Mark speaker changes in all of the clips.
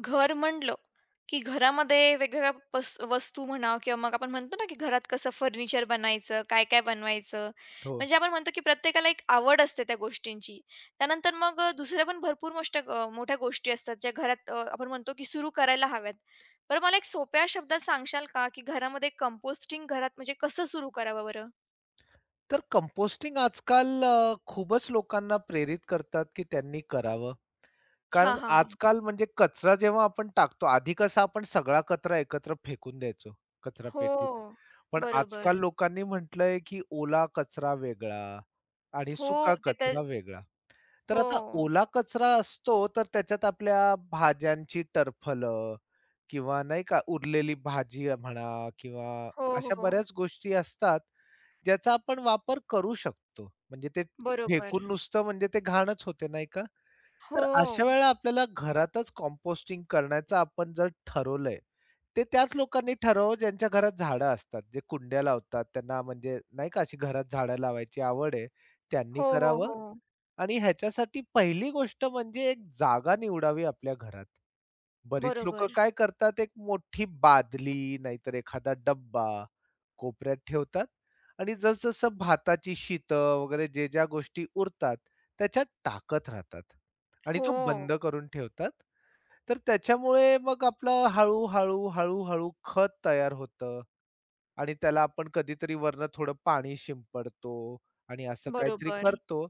Speaker 1: घर म्हणलं, की घरामध्ये वेगवेगळ्या वस्तू म्हणा किंवा मग आपण म्हणतो ना, की घरात कसं फर्निचर बनायचं, काय-काय बनवायचं.
Speaker 2: हो.
Speaker 1: म्हणजे आपण म्हणतो, की प्रत्येकाला एक आवड असते त्या गोष्टींची. त्यानंतर मग दुसऱ्या पण भरपूर मोठ्या गोष्टी असतात, ज्या घरात आपण म्हणतो, की सुरू करायला हव्यात. बरं मला एक सोप्या शब्दात सांगशाल का, की घरामध्ये कंपोस्टिंग घरात म्हणजे कसं सुरू करावं बरं?
Speaker 2: तर कंपोस्टिंग आजकाल खूपच लोकांना प्रेरित करतात, की त्यांनी करावं.
Speaker 1: हां,
Speaker 2: कारण
Speaker 1: हां, हां.
Speaker 2: आजकाल म्हणजे कचरा जेव्हा आपण टाकतो, आधी कसा आपण सगळा कचरा एकत्र फेकून द्यायचो कचरापेटीत.
Speaker 1: हो,
Speaker 2: पण आजकाल
Speaker 1: बरोबर.
Speaker 2: लोकांनी म्हटलंय, की ओला कचरा वेगळा आणि
Speaker 1: हो,
Speaker 2: सुका
Speaker 1: ते तर
Speaker 2: कचरा वेगळा. तर
Speaker 1: हो.
Speaker 2: आता ओला कचरा असतो, तर त्याच्यात आपल्या भाज्यांची टरफलं किंवा नाही का उरलेली भाजी म्हणा किंवा
Speaker 1: हो,
Speaker 2: अशा
Speaker 1: हो.
Speaker 2: बऱ्याच गोष्टी असतात. ज्याचा आपण वापर करू शकतो. म्हणजे ते
Speaker 1: बरोबर.
Speaker 2: फेकून नुसतं म्हणजे ते घाणच होते नाही का?
Speaker 1: हो.
Speaker 2: तर अशा वेळेला आपल्याला घरातच कंपोस्टिंग करण्याचं आपण जर ठरवलंय, ते त्याच लोकांनी ठरवावं ज्यांच्या घरात झाडं असतात. जे कुंड्या लावतात त्यांना म्हणजे नाही का अशी घरात झाडं लावायची आवड आहे, त्यांनी
Speaker 1: हो, हो,
Speaker 2: करावं.
Speaker 1: हो.
Speaker 2: आणि ह्याच्यासाठी पहिली गोष्ट म्हणजे एक जागा निवडावी आपल्या घरात. बरीच लोकं
Speaker 1: बरोबर.
Speaker 2: काय करतात, एक मोठी बादली नाहीतर एखादा डब्बा कोपऱ्यात ठेवतात आणि जसं-जसं भाताची शितं वगैरे जे ज्या गोष्टी उरतात, त्याच्यात टाकत राहतात आणि तो
Speaker 1: हो,
Speaker 2: बंद करून ठेवतात. तर त्याच्यामुळे मग आपलं हळू-हळू, हळू-हळू खत तयार होतं आणि त्याला आपण कधीतरी वरनं थोडं पाणी शिंपडतो आणि असं काहीतरी
Speaker 1: बरोबर.
Speaker 2: करतो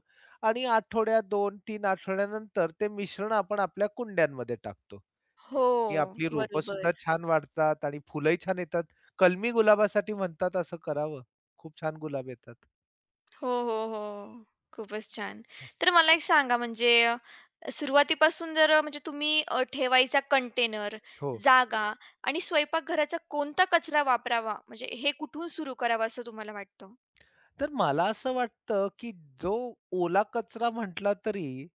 Speaker 2: आणि आठवड्या 2-3 आठवड्यानंतर ते मिश्रण आपण आपल्या कुंड्यांमध्ये टाकतो.
Speaker 1: हो,
Speaker 2: ही आपली रोपं
Speaker 1: बरोबर.
Speaker 2: सुद्धा छान वाढतात आणि फुलंही छान येतात. कलमी गुलाबासाठी म्हणतात असं करावं. खूप छान गुलाब येतात.
Speaker 1: हो, हो, हो. खूपच छान. तर मला एक सांगा म्हणजे सुरुवातीपासून जर म्हणजे तुम्ही ठेवायचा कंटेनर,
Speaker 2: हो.
Speaker 1: जागा आणि स्वयंपाकघराचा कोणता कचरा वापरावा, म्हणजे हे कुठून सुरू करावं असं तुम्हाला वाटतं?
Speaker 2: तर मला असं वाटतं, की जो ओला कचरा म्हटला तरी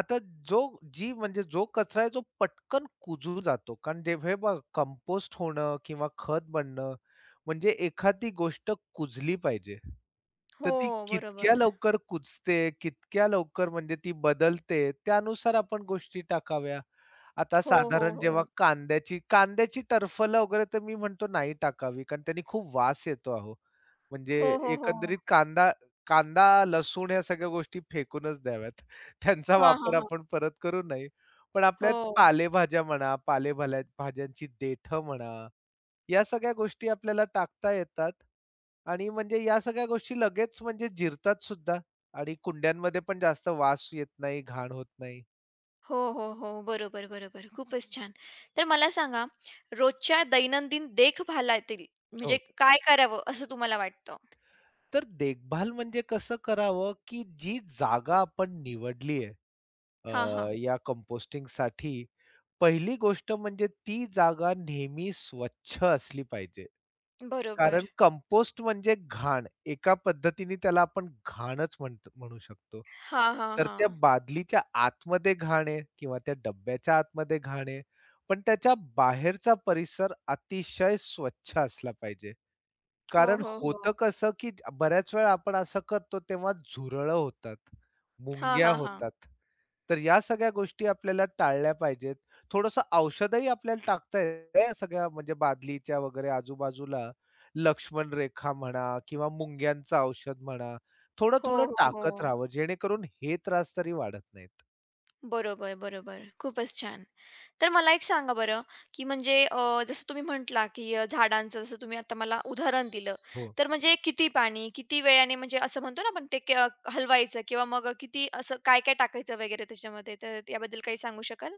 Speaker 2: आता जो जी म्हणजे जो कचरा आहे जो पटकन कुजू जातो. कारण जे हे बघ कंपोस्ट होणं किंवा खत बनणं म्हणजे एखादी गोष्ट कुजली पाहिजे.
Speaker 1: हो,
Speaker 2: तर ती कितक्या
Speaker 1: बरोबर.
Speaker 2: लवकर कुजते, कितक्या लवकर म्हणजे ती बदलते त्यानुसार आपण गोष्टी टाकाव्या. आता
Speaker 1: हो, हो,
Speaker 2: साधारण जेव्हा
Speaker 1: हो.
Speaker 2: कांद्याची कांद्याची टरफलं वगैरे तर मी म्हणतो नाही टाकावी, कारण त्यांनी खूप वास येतो अहो. म्हणजे
Speaker 1: हो, हो, हो.
Speaker 2: एकंदरीत कांदा कांदा, लसूण या सगळ्या गोष्टी फेकूनच द्याव्यात. त्यांचा
Speaker 1: हां, हां,
Speaker 2: वापर
Speaker 1: हां.
Speaker 2: आपण परत करू नये. पण आपल्या
Speaker 1: हो.
Speaker 2: पालेभाल्या भाज्यांची देठं म्हणा, या सगळ्या गोष्टी आपल्याला टाकता येतात आणि म्हणजे या सगळ्या गोष्टी लगेच म्हणजे जिरतात सुद्धा आणि कुंड्यांमध्ये पण जास्त वास येत नाही, घाण होत नाही.
Speaker 1: हो, हो, हो. बरोबर, बरोबर. खूपच छान. तर मला सांगा, रोजच्या दैनंदिन देखभालातील म्हणजे
Speaker 2: हो.
Speaker 1: काय करावं असं तुम्हाला वाटतं?
Speaker 2: तर देखभाल म्हणजे कसं करावं, की जी जागा आपण निवडली आहे
Speaker 1: हां, हां.
Speaker 2: या या कंपोस्टिंगसाठी, पहिली गोष्ट म्हणजे ती जागा नेहमी स्वच्छ असली पाहिजे. कारण
Speaker 1: बरोबर.
Speaker 2: कंपोस्ट म्हणजे घाण. एका पद्धतीने त्याला आपण घाणच म्हणतो म्हणू शकतो.
Speaker 1: हां, हां,
Speaker 2: तर
Speaker 1: हा
Speaker 2: त्या बादलीच्या आतमध्ये घाण आहे किंवा त्या डब्याच्या आतमध्ये घाण आहे, पण त्याच्या बाहेरचा परिसर अतिशय स्वच्छ असला पाहिजे.
Speaker 1: हो,
Speaker 2: कारण
Speaker 1: हो, हो.
Speaker 2: होतं कसं, की बऱ्याच वेळा आपण असं करतो तेव्हा झुरळं होतात,
Speaker 1: हां,
Speaker 2: मुंग्या
Speaker 1: हां, हां.
Speaker 2: होतात. तर या सगळ्या गोष्टी आपल्याला टाळल्या पाहिजेत. थोडंसं औषधही आपल्याला टाकता येतं या सगळ्या म्हणजे बादलीच्या वगैरे आजूबाजूला लक्ष्मण रेखा म्हणा किंवा मुंग्यांचं औषध म्हणा,
Speaker 1: हो,
Speaker 2: थोडं-थोडं
Speaker 1: हो,
Speaker 2: टाकत
Speaker 1: हो.
Speaker 2: राहावं जेणेकरून हे त्रास तरी वाढत नाहीत.
Speaker 1: बरोबर, बरोबर. खूपच छान. तर मला एक सांगा बरं, की म्हणजे जसं तुम्ही म्हटला, की झाडांचं जसं तुम्ही आता मला उदाहरण दिलं.
Speaker 2: हो.
Speaker 1: तर म्हणजे किती पाणी, किती वेळाने म्हणजे असं म्हणतो ना आपण ते हलवायचं किंवा मग किती असं काय-काय टाकायचं वगैरे त्याच्यामध्ये, तर याबद्दल काही सांगू शकाल?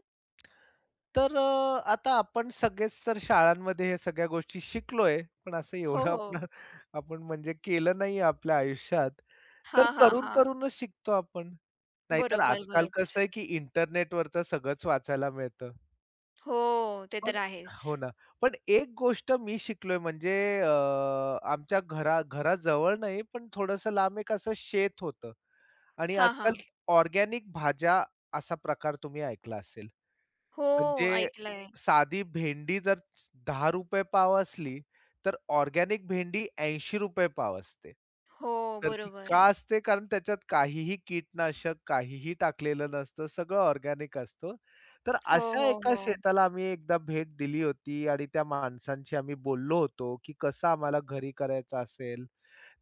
Speaker 2: तर आता आपण सगळेच तर शाळांमध्ये हे सगळ्या गोष्टी शिकलोय, पण असं
Speaker 1: हो,
Speaker 2: एवढं
Speaker 1: हो.
Speaker 2: आपलं आपण म्हणजे केलं नाही आपल्या आयुष्यात. तर
Speaker 1: हां, हां, हां.
Speaker 2: करून-करूनच शिकतो आपण. नाहीतर
Speaker 1: बरोबर,
Speaker 2: आजकाल
Speaker 1: बरोबर.
Speaker 2: कसं आहे, की इंटरनेटवर तर सगळंच वाचायला मिळतं.
Speaker 1: हो, ते तर
Speaker 2: पण
Speaker 1: आहेच.
Speaker 2: हो ना. पण एक गोष्ट मी शिकलोय म्हणजे अ, आमच्या घराजवळ नाही, पण थोडंसं लांब एक असं शेत होतं आणि
Speaker 1: हां,
Speaker 2: आजकाल
Speaker 1: हां.
Speaker 2: ऑर्गॅनिक भाज्या असा प्रकार तुम्ही ऐकला असेल.
Speaker 1: हो,
Speaker 2: म्हणजे
Speaker 1: ऐकलंय.
Speaker 2: साधी भेंडी जर ₹10 पाव असली, तर ऑर्गॅनिक भेंडी ₹80 पाव असते.
Speaker 1: हो,
Speaker 2: तर ती
Speaker 1: बरोबर.
Speaker 2: का असते? कारण त्याच्यात काहीही कीटनाशक, काहीही टाकलेलं नसतं. सगळं ऑर्गॅनिक असतं. तर
Speaker 1: हो,
Speaker 2: अशा
Speaker 1: हो,
Speaker 2: एका
Speaker 1: हो.
Speaker 2: शेताला आम्ही एकदा भेट दिली होती आणि त्या माणसांशी आम्ही बोललो होतो, की कसं आम्हाला घरी करायचं असेल,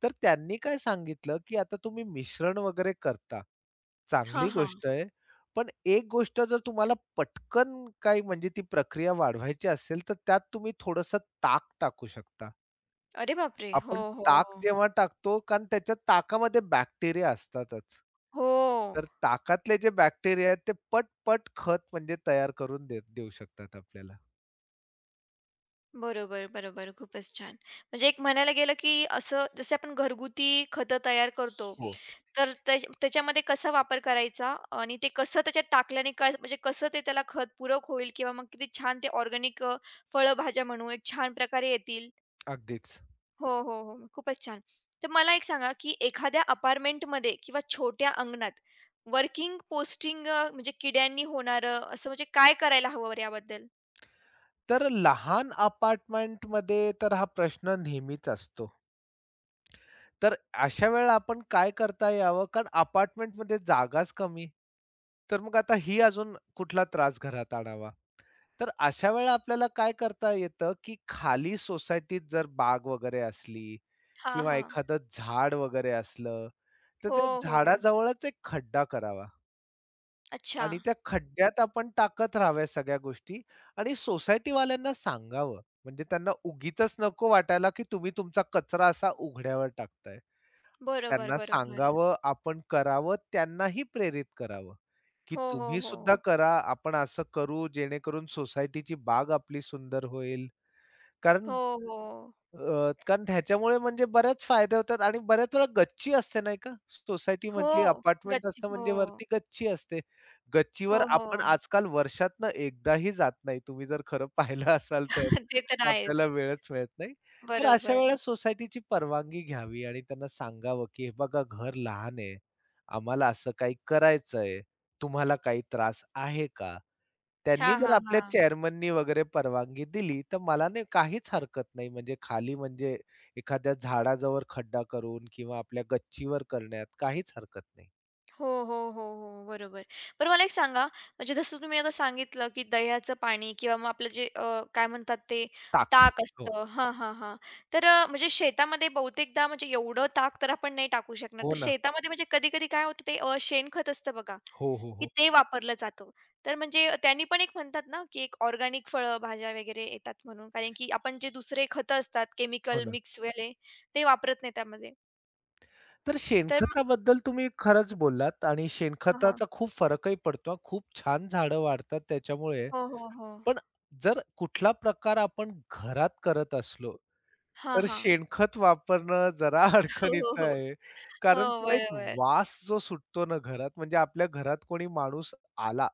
Speaker 2: तर त्यांनी काय सांगितलं, की आता तुम्ही मिश्रण वगैरे करता.
Speaker 1: हां,
Speaker 2: चांगली
Speaker 1: हां.
Speaker 2: गोष्ट आहे. पण एक गोष्ट जर तुम्हाला पटकन काही म्हणजे ती प्रक्रिया वाढवायची असेल, तर त्यात तुम्ही थोडंसं ताक टाकू शकता.
Speaker 1: अरे बापरे! हो,
Speaker 2: आपण
Speaker 1: हो,
Speaker 2: ताक
Speaker 1: हो.
Speaker 2: जेव्हा टाकतो कारण त्याच्या ताकामध्ये बॅक्टेरिया असतातच.
Speaker 1: हो.
Speaker 2: तर ताकातले जे बॅक्टेरिया आहेत ते पट खत म्हणजे तयार करून देऊ शकतात आपल्याला.
Speaker 1: बरोबर, बरोबर. खूपच छान. म्हणजे एक म्हणायला गेलं, की असं जसे आपण घरगुती खतं तयार करतो,
Speaker 2: हो,
Speaker 1: तर त्या त्याच्यामध्ये कसा वापर करायचा आणि ते कसं त्याच्यात टाकल्याने काय म्हणजे कसं ते त्याला खत पूरक होईल किंवा मग किती छान ते ऑर्गॅनिक फळभाज्या म्हणू एक छान प्रकारे येतील.
Speaker 2: अगदीच.
Speaker 1: हो, हो, हो. खूपच छान. तर मला एक सांगा, की एखाद्या अपार्टमेंटमध्ये किंवा छोट्या अंगणात वर्किंग पोस्टिंग म्हणजे किड्यांनी होणारं असं म्हणजे काय करायला हवं बरं याबद्दल?
Speaker 2: तर लहान अपार्टमेंटमध्ये तर हा प्रश्न नेहमीच असतो. तर अशा वेळेला आपण काय करता यावं? कारण अपार्टमेंटमध्ये जागाच कमी. तर मग आता ही अजून कुठला त्रास घरात आणावा? तर अशा वेळेला आपल्याला काय करता येतं, की खाली सोसायटीत जर बाग वगैरे असली
Speaker 1: हां,
Speaker 2: किंवा
Speaker 1: हां.
Speaker 2: एखादं झाड वगैरे असलं, तर
Speaker 1: हो,
Speaker 2: त्या
Speaker 1: हो.
Speaker 2: झाडाजवळच एक खड्डा करावा
Speaker 1: अच्छा.
Speaker 2: आणि त्या खड्ड्यात आपण टाकत राहाव्या सगळ्या गोष्टी आणि सोसायटीवाल्यांना सांगावं. म्हणजे त्यांना उगीचच नको वाटायला, की तुम्ही तुमचा कचरा असा उघड्यावर टाकताय.
Speaker 1: बरोबर,
Speaker 2: त्यांना
Speaker 1: बरोबर.
Speaker 2: सांगावं, आपण करावं, त्यांनाही प्रेरित करावं, की
Speaker 1: हो, हो,
Speaker 2: तुम्ही
Speaker 1: हो.
Speaker 2: सुद्धा करा. आपण असं करू जेणेकरून सोसायटीची बाग आपली सुंदर होईल. कारण
Speaker 1: हो, हो.
Speaker 2: कारण ह्याच्यामुळे म्हणजे बऱ्याच फायदे होतात आणि बऱ्याच वेळा गच्ची असते नाही का? सोसायटी
Speaker 1: हो,
Speaker 2: म्हटली अपार्टमेंट
Speaker 1: गच्ची
Speaker 2: असतं
Speaker 1: हो.
Speaker 2: म्हणजे वरती गच्ची असते.
Speaker 1: हो,
Speaker 2: गच्चीवर
Speaker 1: हो.
Speaker 2: आपण आजकाल वर्षातनं एकदाही जात नाही. तुम्ही जर खरं पाहिलं असाल तर.
Speaker 1: ते तर
Speaker 2: आपल्याला
Speaker 1: आहेच.
Speaker 2: वेळच मिळत नाही. तर अशा
Speaker 1: बरोबर.
Speaker 2: वेळेला सोसायटीची परवानगी घ्यावी आणि त्यांना सांगावं, की "हे बघा घर लहान आहे. आम्हाला असं काही करायचंय. तुम्हाला काही त्रास आहे का?"
Speaker 1: हां,
Speaker 2: त्यांनी जर
Speaker 1: हां,
Speaker 2: आपल्या
Speaker 1: हां.
Speaker 2: चेअरमननी वगैरे परवानगी दिली, तर मला नाही काहीच हरकत नाही. म्हणजे खाली म्हणजे एखाद्या झाडाजवळ खड्डा करून किंवा आपल्या गच्चीवर करण्यात काहीच हरकत नाही.
Speaker 1: हो, हो, हो, हो. बरोबर. बरं मला एक सांगा, म्हणजे जसं तुम्ही आता सांगितलं, की दह्याचं पाणी किंवा मग आपलं जे काय म्हणतात ते
Speaker 2: टाक.
Speaker 1: ताक
Speaker 2: हो.
Speaker 1: असतं. हां, हां, हां. तर म्हणजे शेतामध्ये बहुतेकदा म्हणजे एवढं ताक तर आपण नाही टाकू शकणार.
Speaker 2: हो
Speaker 1: तर
Speaker 2: ना.
Speaker 1: शेतामध्ये म्हणजे कधी-कधी काय होतं ते शेणखत असतं बघा.
Speaker 2: हो, हो,
Speaker 1: की
Speaker 2: हो.
Speaker 1: ते वापरलं जातं. तर म्हणजे त्यांनी पण एक म्हणतात ना, की एक ऑर्गॅनिक फळं, भाज्या वगैरे येतात म्हणून. कारण की आपण जे दुसरे खतं असतात
Speaker 2: हो
Speaker 1: केमिकल
Speaker 2: ना.
Speaker 1: मिक्सवाले ते वापरत नाही त्यामध्ये.
Speaker 2: तर
Speaker 1: तर
Speaker 2: शेणखताबद्दल तुम्ही खरंच बोललात आणि
Speaker 1: मग हां.
Speaker 2: शेणखताचा खूप फरकही पडतो हां. खूप छान झाडं वाढतात त्याच्यामुळे.
Speaker 1: हो, हो, हो.
Speaker 2: पण जर कुठला प्रकार आपण घरात करत असलो
Speaker 1: हां,
Speaker 2: तर
Speaker 1: हां.
Speaker 2: शेणखत वापरणं जरा
Speaker 1: हो, हो,
Speaker 2: अडचणीचं
Speaker 1: हो.
Speaker 2: आहे. कारण
Speaker 1: हो,
Speaker 2: तो एक
Speaker 1: बरोबर.
Speaker 2: वास जो सुटतो ना घरात, म्हणजे आपल्या घरात कोणी माणूस आला,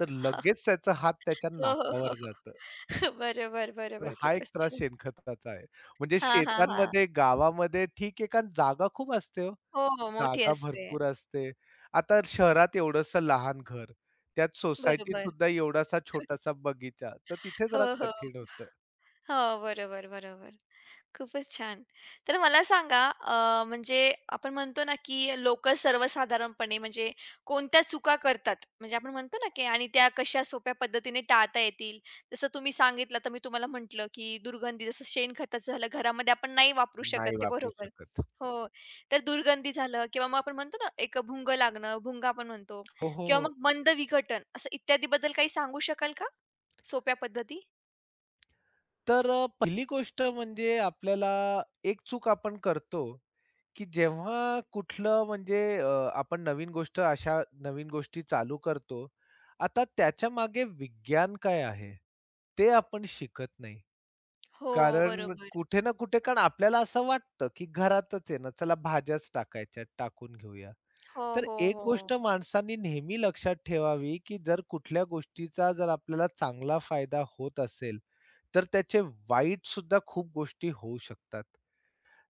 Speaker 2: तर लगेच त्याचा हात त्याच्या
Speaker 1: हो, हो, हो,
Speaker 2: नाकावर जात,
Speaker 1: हो. बरोबर,
Speaker 2: तर
Speaker 1: बरोबर.
Speaker 2: हा एक
Speaker 1: खूपच
Speaker 2: त्रास
Speaker 1: छान.
Speaker 2: शेणखताचा आहे. म्हणजे
Speaker 1: हां, हां, हां.
Speaker 2: शेतांमध्ये, गावामध्ये ठीक आहे, कारण जागा खूप असते हो.
Speaker 1: हो, हो. मोठी
Speaker 2: जागा
Speaker 1: असते.
Speaker 2: भरपूर असते. आता शहरात एवढंसं लहान घर, त्यात सोसायटीत
Speaker 1: बरोबर.
Speaker 2: सुद्धा एवढासा छोटासा बगीचा, तर तिथे जरा
Speaker 1: हो, हो.
Speaker 2: कठीण होतं.
Speaker 1: हो, बरोबर, बरोबर. खूपच छान. तर मला सांगा म्हणजे आपण म्हणतो ना, की लोकं सर्वसाधारणपणे म्हणजे कोणत्या चुका करतात? म्हणजे आपण म्हणतो ना, की आणि त्या कशा सोप्या पद्धतीने टाळता येतील? जसं तुम्ही सांगितलं, तर मी तुम्हाला म्हटलं, की दुर्गंधी जसं शेणखताचं झालं घरामध्ये आपण नाही वापरू
Speaker 2: नाही
Speaker 1: शकत ते
Speaker 2: वापरू
Speaker 1: बरोबर.
Speaker 2: शकत.
Speaker 1: हो. तर दुर्गंधी झालं किंवा मग आपण म्हणतो ना, एक भुंग लागणं, भुंगा आपण म्हणतो
Speaker 2: हो, हो,
Speaker 1: किंवा
Speaker 2: हो.
Speaker 1: मग मंद विघटन असं इत्यादीबद्दल काही सांगू शकाल का? सोप्या पद्धती?
Speaker 2: तर पहिली गोष्ट म्हणजे आपल्याला एक चूक आपण करतो, की जेव्हा कुठलं म्हणजे आपण नवीन गोष्ट अशा नवीन गोष्टी चालू करतो. आता त्याच्या मागे विज्ञान काय आहे, ते आपण शिकत नाही.
Speaker 1: हो,
Speaker 2: कारण
Speaker 1: बरोबर.
Speaker 2: कुठे ना कुठे कारण आपल्याला असं वाटतं, की घरातच आहे ना, चला भाज्याच टाकायच्या, टाकून घेऊया.
Speaker 1: हो,
Speaker 2: तर
Speaker 1: हो,
Speaker 2: एक
Speaker 1: हो.
Speaker 2: गोष्ट माणसांनी नेहमी लक्षात ठेवावी, की जर कुठल्या गोष्टीचा जर आपल्याला चांगला फायदा होत असेल, तर त्याचे वाईट सुद्धा खूप गोष्टी होऊ शकतात.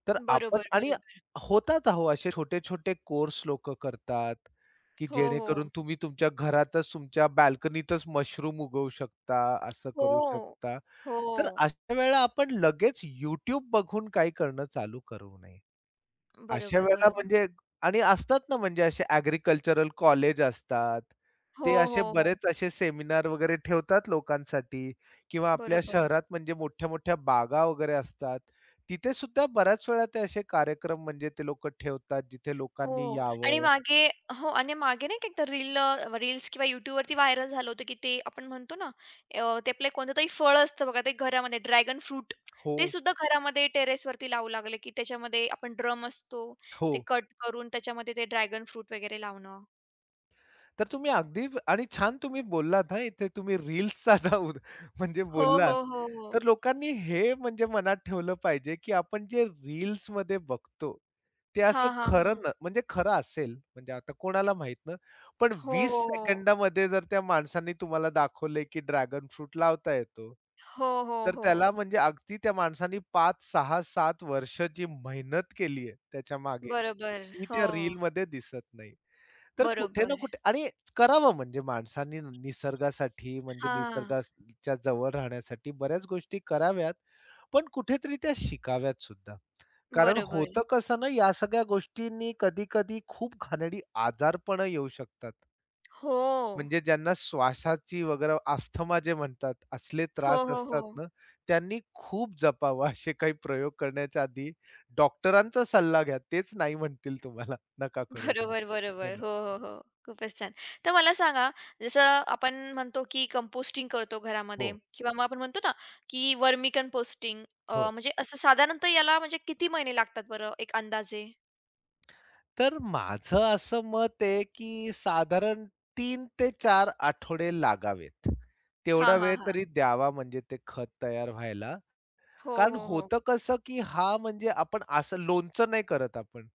Speaker 2: तर आपण
Speaker 1: बरोबर,
Speaker 2: आणि
Speaker 1: बरोबर.
Speaker 2: होतात अहो असे छोटे-छोटे कोर्स लोक करतात, की
Speaker 1: हो,
Speaker 2: जेणेकरून
Speaker 1: हो.
Speaker 2: तुम्ही तुमच्या घरातच तुमच्या बाल्कनीतच मशरूम उगवू शकता, असं करू
Speaker 1: हो.
Speaker 2: शकता.
Speaker 1: हो.
Speaker 2: तर अशा वेळेला आपण लगेच YouTube बघून काही करणं चालू करू नये. अशा
Speaker 1: बरोबर,
Speaker 2: वेळेला
Speaker 1: बरोबर.
Speaker 2: म्हणजे आणि असतात ना म्हणजे असे ॲग्रीकल्चरल कॉलेज असतात.
Speaker 1: हो,
Speaker 2: ते असे
Speaker 1: हो, हो.
Speaker 2: बरेच असे सेमिनार वगैरे ठेवतात लोकांसाठी किंवा आपल्या
Speaker 1: बरोबर.
Speaker 2: शहरात म्हणजे मोठ्या-मोठ्या बागा वगैरे असतात. तिथे सुद्धा बऱ्याच वेळा ते असे कार्यक्रम म्हणजे ते लोकं ठेवतात जिथे
Speaker 1: हो
Speaker 2: लोकांनी
Speaker 1: आणि
Speaker 2: यावं.
Speaker 1: मागे हो आणि मागे नाही का एकदा रील्स किंवा YouTubeवरती व्हायरल झालं होतं, की ते आपण म्हणतो ना, ते आपलं कोणतंतरी फळ असतं बघा ते घरामध्ये ड्रॅगन फ्रूट.
Speaker 2: हो,
Speaker 1: ते सुद्धा घरामध्ये टेरेसवरती लावू लागले, की त्याच्यामध्ये आपण ड्रम असतो,
Speaker 2: हो.
Speaker 1: ते कट करून त्याच्यामध्ये ते ड्रॅगन फ्रूट वगैरे लावणं.
Speaker 2: तर तुम्ही अगदी आणि छान तुम्ही बोललात हां, इथे तुम्ही रील्सचा जाऊन म्हणजे
Speaker 1: हो, हो,
Speaker 2: बोललात.
Speaker 1: हो, हो.
Speaker 2: तर लोकांनी हे म्हणजे मनात ठेवलं पाहिजे, की आपण जे रील्समध्ये बघतो, ते
Speaker 1: हां,
Speaker 2: असं
Speaker 1: हां,
Speaker 2: खरं
Speaker 1: हां.
Speaker 2: म्हणजे खरं असेल म्हणजे आता कोणाला माहीत ना, पण
Speaker 1: हो,
Speaker 2: 20
Speaker 1: हो, हो.
Speaker 2: सेकंदामध्ये जर त्या माणसाने तुम्हाला दाखवलंय, की ड्रॅगन फ्रूट लावता येतो.
Speaker 1: हो, हो,
Speaker 2: तर
Speaker 1: हो.
Speaker 2: त्याला म्हणजे अगदी त्या माणसाने 5, 6, 7 वर्ष जी मेहनत केली आहे त्याच्यामागे,
Speaker 1: बरोबर.
Speaker 2: ती
Speaker 1: हो,
Speaker 2: त्या रीलमध्ये दिसत नाही. तर कुठे ना
Speaker 1: बरोबर.
Speaker 2: कुठे आणि करावं म्हणजे माणसांनी निसर्गासाठी म्हणजे
Speaker 1: हां,
Speaker 2: निसर्गाच्या जवळ राहण्यासाठी बऱ्याच गोष्टी कराव्यात, पण कुठेतरी त्या शिकाव्यात सुद्धा. कारण
Speaker 1: बरोबर.
Speaker 2: होतं कसं ना, या सगळ्या गोष्टींनी कधी-कधी खूप घाणेरडी आजारपणं येऊ शकतात.
Speaker 1: हो.
Speaker 2: म्हणजे ज्यांना श्वासाची वगैरे अस्थमा जे म्हणतात, असले
Speaker 1: हो,
Speaker 2: त्रास
Speaker 1: हो,
Speaker 2: असतात
Speaker 1: हो.
Speaker 2: ना, त्यांनी खूप जपावं असे काही प्रयोग करण्याच्या आधी डॉक्टरांचा सल्ला घ्या. तेच नाही म्हणतील तुम्हाला, नका करू म्हणून.
Speaker 1: बरोबर,
Speaker 2: हो
Speaker 1: बरोबर.
Speaker 2: ना.
Speaker 1: हो, हो, हो. खूपच छान. तर मला सांगा, जसं आपण म्हणतो की कंपोस्टिंग करतो
Speaker 2: हो,
Speaker 1: घरामध्ये किंवा मग आपण म्हणतो ना, की वर्मी कंपोस्टिंग
Speaker 2: हो.
Speaker 1: म्हणजे असं साधारणतः याला म्हणजे किती महिने लागतात बरं एक अंदाजे?
Speaker 2: तर माझं असं मत आहे, की साधारण 3 ते 4 आठवडे लागावेत.
Speaker 1: हां,
Speaker 2: तेवढा
Speaker 1: हां,
Speaker 2: वेळ
Speaker 1: हां.
Speaker 2: तरी द्यावा म्हणजे ते खत तयार व्हायला.
Speaker 1: हो,
Speaker 2: कारण
Speaker 1: हो, हो.
Speaker 2: होतं कसं, की हा म्हणजे आपण असं लोणचं नाही करत आपण,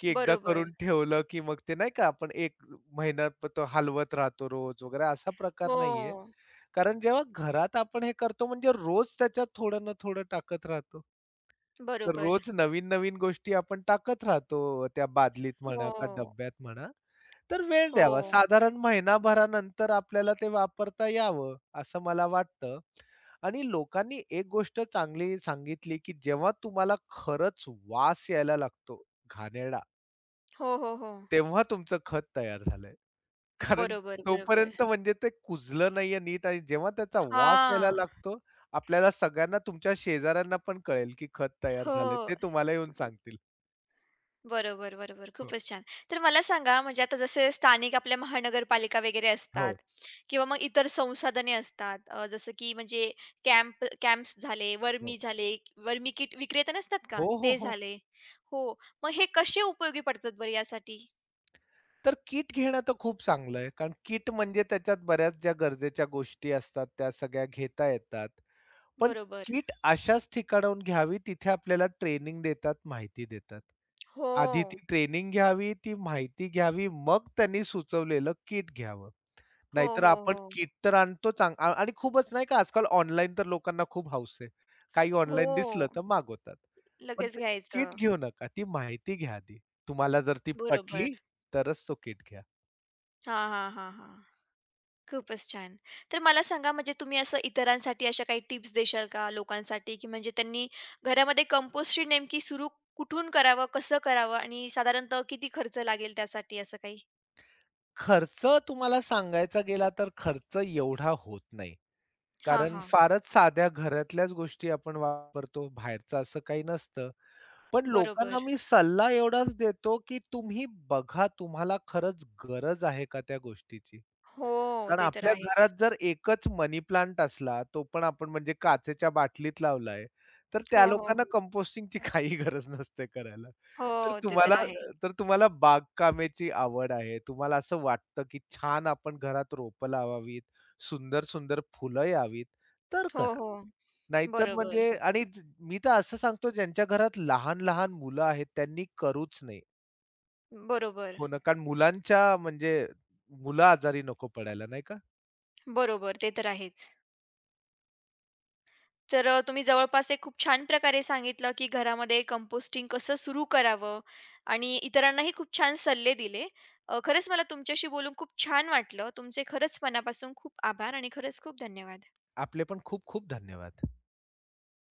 Speaker 2: की एकदा
Speaker 1: बरोबर.
Speaker 2: करून ठेवलं, की मग ते नाही का आपण एक महिना तो हलवत राहतो रोज वगैरे असा प्रकार नाहीये.
Speaker 1: हो,
Speaker 2: कारण जेव्हा घरात आपण हे करतो म्हणजे रोज त्याच्यात थोडं ना थोडं टाकत राहतो. तर
Speaker 1: बरोबर.
Speaker 2: रोज नवीन-नवीन गोष्टी आपण टाकत राहतो त्या बादलीत म्हणा का
Speaker 1: हो,
Speaker 2: डब्यात म्हणा. तर वेळ द्यावा.
Speaker 1: हो.
Speaker 2: साधारण महिनाभरानंतर आपल्याला ते वापरता यावं, असं मला वाटतं. आणि लोकांनी एक गोष्ट चांगली सांगितली, की जेव्हा तुम्हाला खरंच वास यायला लागतो घाणेरडा,
Speaker 1: हो, हो, हो.
Speaker 2: तेव्हा तुमचं खत तयार झालंय. कारण
Speaker 1: बरोबर, बरोबर.
Speaker 2: तोपर्यंत म्हणजे ते कुजलं नाहीये नीट आणि जेव्हा त्याचा वास यायला
Speaker 1: हां.
Speaker 2: लागतो, आपल्याला सगळ्यांना तुमच्या शेजाऱ्यांना पण कळेल, की खत तयार झालंय.
Speaker 1: हो.
Speaker 2: ते तुम्हाला येऊन सांगतील.
Speaker 1: बरोबर, बरोबर.
Speaker 2: हो,
Speaker 1: खूपच छान. तर मला सांगा म्हणजे आता जसे स्थानिक आपल्या महानगरपालिका वगैरे असतात
Speaker 2: हो,
Speaker 1: किंवा मग इतर संसाधने असतात. जसं की म्हणजे कॅम्प्स झाले, वर्मी
Speaker 2: हो.
Speaker 1: झाले, वर्मी किट विक्रेता नसतात का?
Speaker 2: हो, हो,
Speaker 1: ते
Speaker 2: हो.
Speaker 1: झाले. हो. मग हे कसे उपयोगी पडतात बरं यासाठी?
Speaker 2: तर किट घेणं तर खूप चांगलं आहे. कारण किट म्हणजे त्याच्यात बऱ्याच ज्या गरजेच्या गोष्टी असतात त्या सगळ्या घेता येतात. पण
Speaker 1: बरोबर.
Speaker 2: किट अशाच ठिकाणाहून घ्यावी तिथे आपल्याला ट्रेनिंग देतात, माहिती देतात.
Speaker 1: हो.
Speaker 2: आधी ती ट्रेनिंग घ्यावी, ती माहिती घ्यावी, मग त्यांनी सुचवलेलं किट घ्यावं.
Speaker 1: हो,
Speaker 2: नाहीतर
Speaker 1: हो,
Speaker 2: आपण
Speaker 1: हो.
Speaker 2: किट तर आणतोच आणि खूपच नाही का आजकाल ऑनलाईन तर लोकांना खूप हौस आहे. काही
Speaker 1: हो.
Speaker 2: ऑनलाईन दिसलं तर मागवतात. पण
Speaker 1: लगेच
Speaker 2: ते किट
Speaker 1: घ्यायचं.
Speaker 2: घेऊ नका, ती माहिती घ्या आधी. तुम्हाला जर ती
Speaker 1: बरोबर.
Speaker 2: पटली तरच तो किट घ्या.
Speaker 1: हां, हां, हां, हां. खूपच छान. तर मला सांगा म्हणजे तुम्ही असं इतरांसाठी अशा काही टिप्स देशाल का लोकांसाठी, की म्हणजे त्यांनी घरामध्ये कंपोस्टिंग नेमकी सुरू कुठून करावं, कसं करावं आणि साधारणतः किती खर्च लागेल त्यासाठी असं काही?
Speaker 2: खर्च तुम्हाला सांगायचा गेला तर खर्च एवढा होत नाही.
Speaker 1: हां,
Speaker 2: कारण
Speaker 1: हां.
Speaker 2: फारच साध्या घरातल्याच गोष्टी आपण वापरतो, बाहेरचं असं काही नसतं. पण लोकांना
Speaker 1: बरोबर.
Speaker 2: मी सल्ला एवढाच देतो, की तुम्ही बघा तुम्हाला खरंच गरज आहे का त्या गोष्टीची?
Speaker 1: हो,
Speaker 2: कारण
Speaker 1: ते तर
Speaker 2: आपल्या
Speaker 1: आहे.
Speaker 2: घरात जर एकच मनी प्लांट असला, तो पण आपण म्हणजे काचेच्या बाटलीत लावलाय, तर त्या
Speaker 1: हो, हो.
Speaker 2: लोकांना कंपोस्टिंगची काही गरज नसते करायला.
Speaker 1: हो,
Speaker 2: तर
Speaker 1: हो, ते तर
Speaker 2: तुम्हाला
Speaker 1: आहे.
Speaker 2: तर तुम्हाला बागकामेची आवड आहे, तुम्हाला असं वाटतं, की छान आपण घरात रोपं लावावीत, सुंदर-सुंदर फुलं यावीत, तर
Speaker 1: हो,
Speaker 2: करा.
Speaker 1: हो.
Speaker 2: नाहीतर
Speaker 1: बरोबर,
Speaker 2: म्हणजे मी तर असं सांगतो ज्यांच्या घरात लहान-लहान मुलं आहेत त्यांनी करूच नाही.
Speaker 1: बरोबर,
Speaker 2: हो ना, कारण मुलांच्या म्हणजे मुलं आजारी नको पडायला नाही का?
Speaker 1: बरोबर. ते तर आहेच. तर तुम्ही जवळपास एक खूप छान प्रकारे सांगितलं, की घरामध्ये कंपोस्टिंग कसं सुरू करावं आणि इतरांनाही खूप छान सल्ले दिले. खरंच मला तुमच्याशी बोलून खूप छान वाटलं. तुमचे खरंच मनापासून खूप आभार आणि खरंच खूप धन्यवाद.
Speaker 2: आपले पण खूप खूप धन्यवाद.